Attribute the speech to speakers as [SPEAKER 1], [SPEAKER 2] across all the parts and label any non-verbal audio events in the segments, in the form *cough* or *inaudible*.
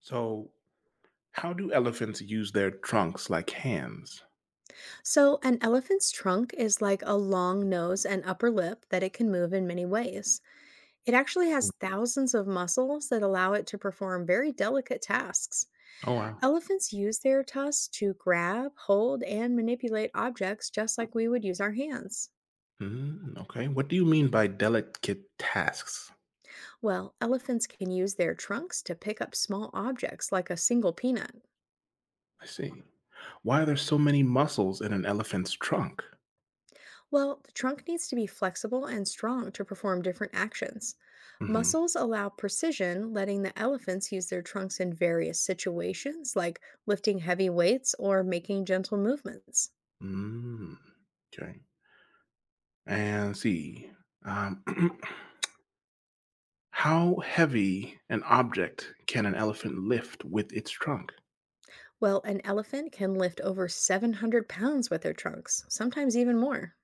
[SPEAKER 1] So, how do elephants use their trunks like hands?
[SPEAKER 2] So, an elephant's trunk is like a long nose and upper lip that it can move in many ways. It actually has thousands of muscles that allow it to perform very delicate tasks.
[SPEAKER 1] Oh, wow.
[SPEAKER 2] Elephants use their tusks to grab, hold, and manipulate objects just like we would use our hands.
[SPEAKER 1] Mhm. Okay. What do you mean by delicate tasks?
[SPEAKER 2] Well, elephants can use their trunks to pick up small objects like a single peanut.
[SPEAKER 1] I see. Why are there so many muscles in an elephant's trunk?
[SPEAKER 2] Well, the trunk needs to be flexible and strong to perform different actions.
[SPEAKER 1] Hmm.
[SPEAKER 2] Muscles allow precision, letting the elephants use their trunks in various situations, like lifting heavy weights or making gentle movements.
[SPEAKER 1] Mm, okay. And see. Um, *clears throat* how heavy an object can an elephant lift with its trunk?
[SPEAKER 2] Well, an elephant can lift over 700 pounds with their trunks, sometimes even more.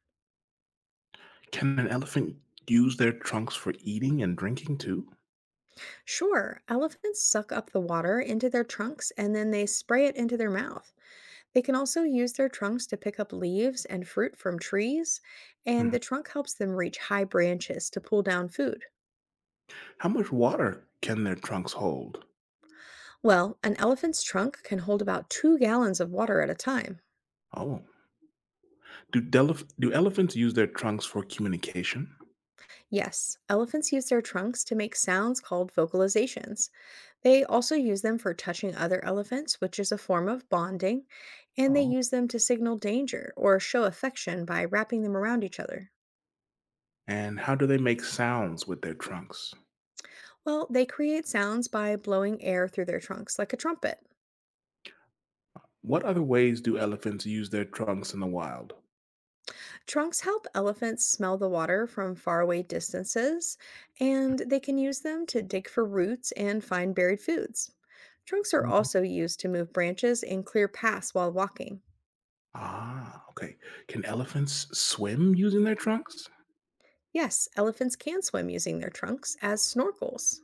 [SPEAKER 1] Can an elephant use their trunks for eating and drinking too?
[SPEAKER 2] Sure, elephants suck up the water into their trunks and then they spray it into their mouth. They can also use their trunks to pick up leaves and fruit from trees, and
[SPEAKER 1] Mhm.
[SPEAKER 2] the trunk helps them reach high branches to pull down food.
[SPEAKER 1] How much water can their trunks hold?
[SPEAKER 2] Well, an elephant's trunk can hold about 2 gallons of water at a time.
[SPEAKER 1] Oh, do elephants use their trunks for communication?
[SPEAKER 2] Yes, elephants use their trunks to make sounds called vocalizations. They also use them for touching other elephants, which is a form of bonding, and they
[SPEAKER 1] Oh,
[SPEAKER 2] use them to signal danger or show affection by wrapping them around each other.
[SPEAKER 1] and how do they make sounds with their trunks?
[SPEAKER 2] Well, they create sounds by blowing air through their trunks like a trumpet.
[SPEAKER 1] What other ways do elephants use their trunks in the wild?
[SPEAKER 2] Trunks help elephants smell the water from faraway distances, and they can use them to dig for roots and find buried foods. Trunks are
[SPEAKER 1] Mhm.
[SPEAKER 2] also used to move branches and clear paths while walking.
[SPEAKER 1] Ah, okay. Can elephants swim using their trunks?
[SPEAKER 2] Yes, elephants can swim using their trunks as snorkels.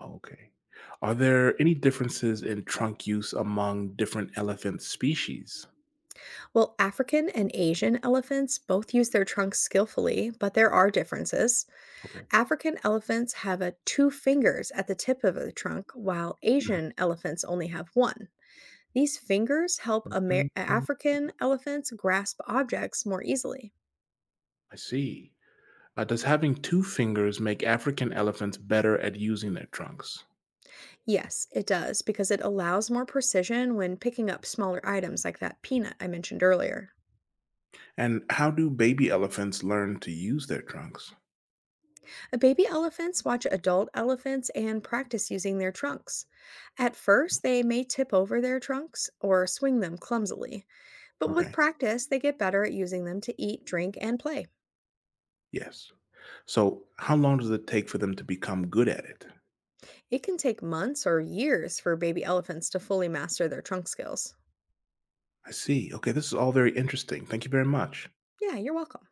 [SPEAKER 1] Okay. Are there any differences in trunk use among different elephant species?
[SPEAKER 2] Well, African and Asian elephants both use their trunks skillfully, but there are differences.
[SPEAKER 1] Okay.
[SPEAKER 2] African elephants have a two fingers at the tip of the trunk, while
[SPEAKER 1] Mhm,
[SPEAKER 2] Asian elephants only have one. These fingers help Amer-
[SPEAKER 1] mhm, mhm.
[SPEAKER 2] African elephants grasp objects more easily.
[SPEAKER 1] I see. Does having two fingers make African elephants better at using their trunks?
[SPEAKER 2] Yes, it does, because it allows more precision when picking up smaller items like that peanut I mentioned earlier.
[SPEAKER 1] And how do baby elephants learn to use their trunks?
[SPEAKER 2] Baby elephants watch adult elephants and practice using their trunks. At first, they may tip over their trunks or swing them clumsily, but with
[SPEAKER 1] Okay.
[SPEAKER 2] practice, they get better at using them to eat, drink, and play.
[SPEAKER 1] Yes. So, how long does it take for them to become good at it?
[SPEAKER 2] It can take months or years for baby elephants to fully master their trunk skills.
[SPEAKER 1] I see. Okay, this is all very interesting. Thank you very much.
[SPEAKER 2] Yeah, you're welcome.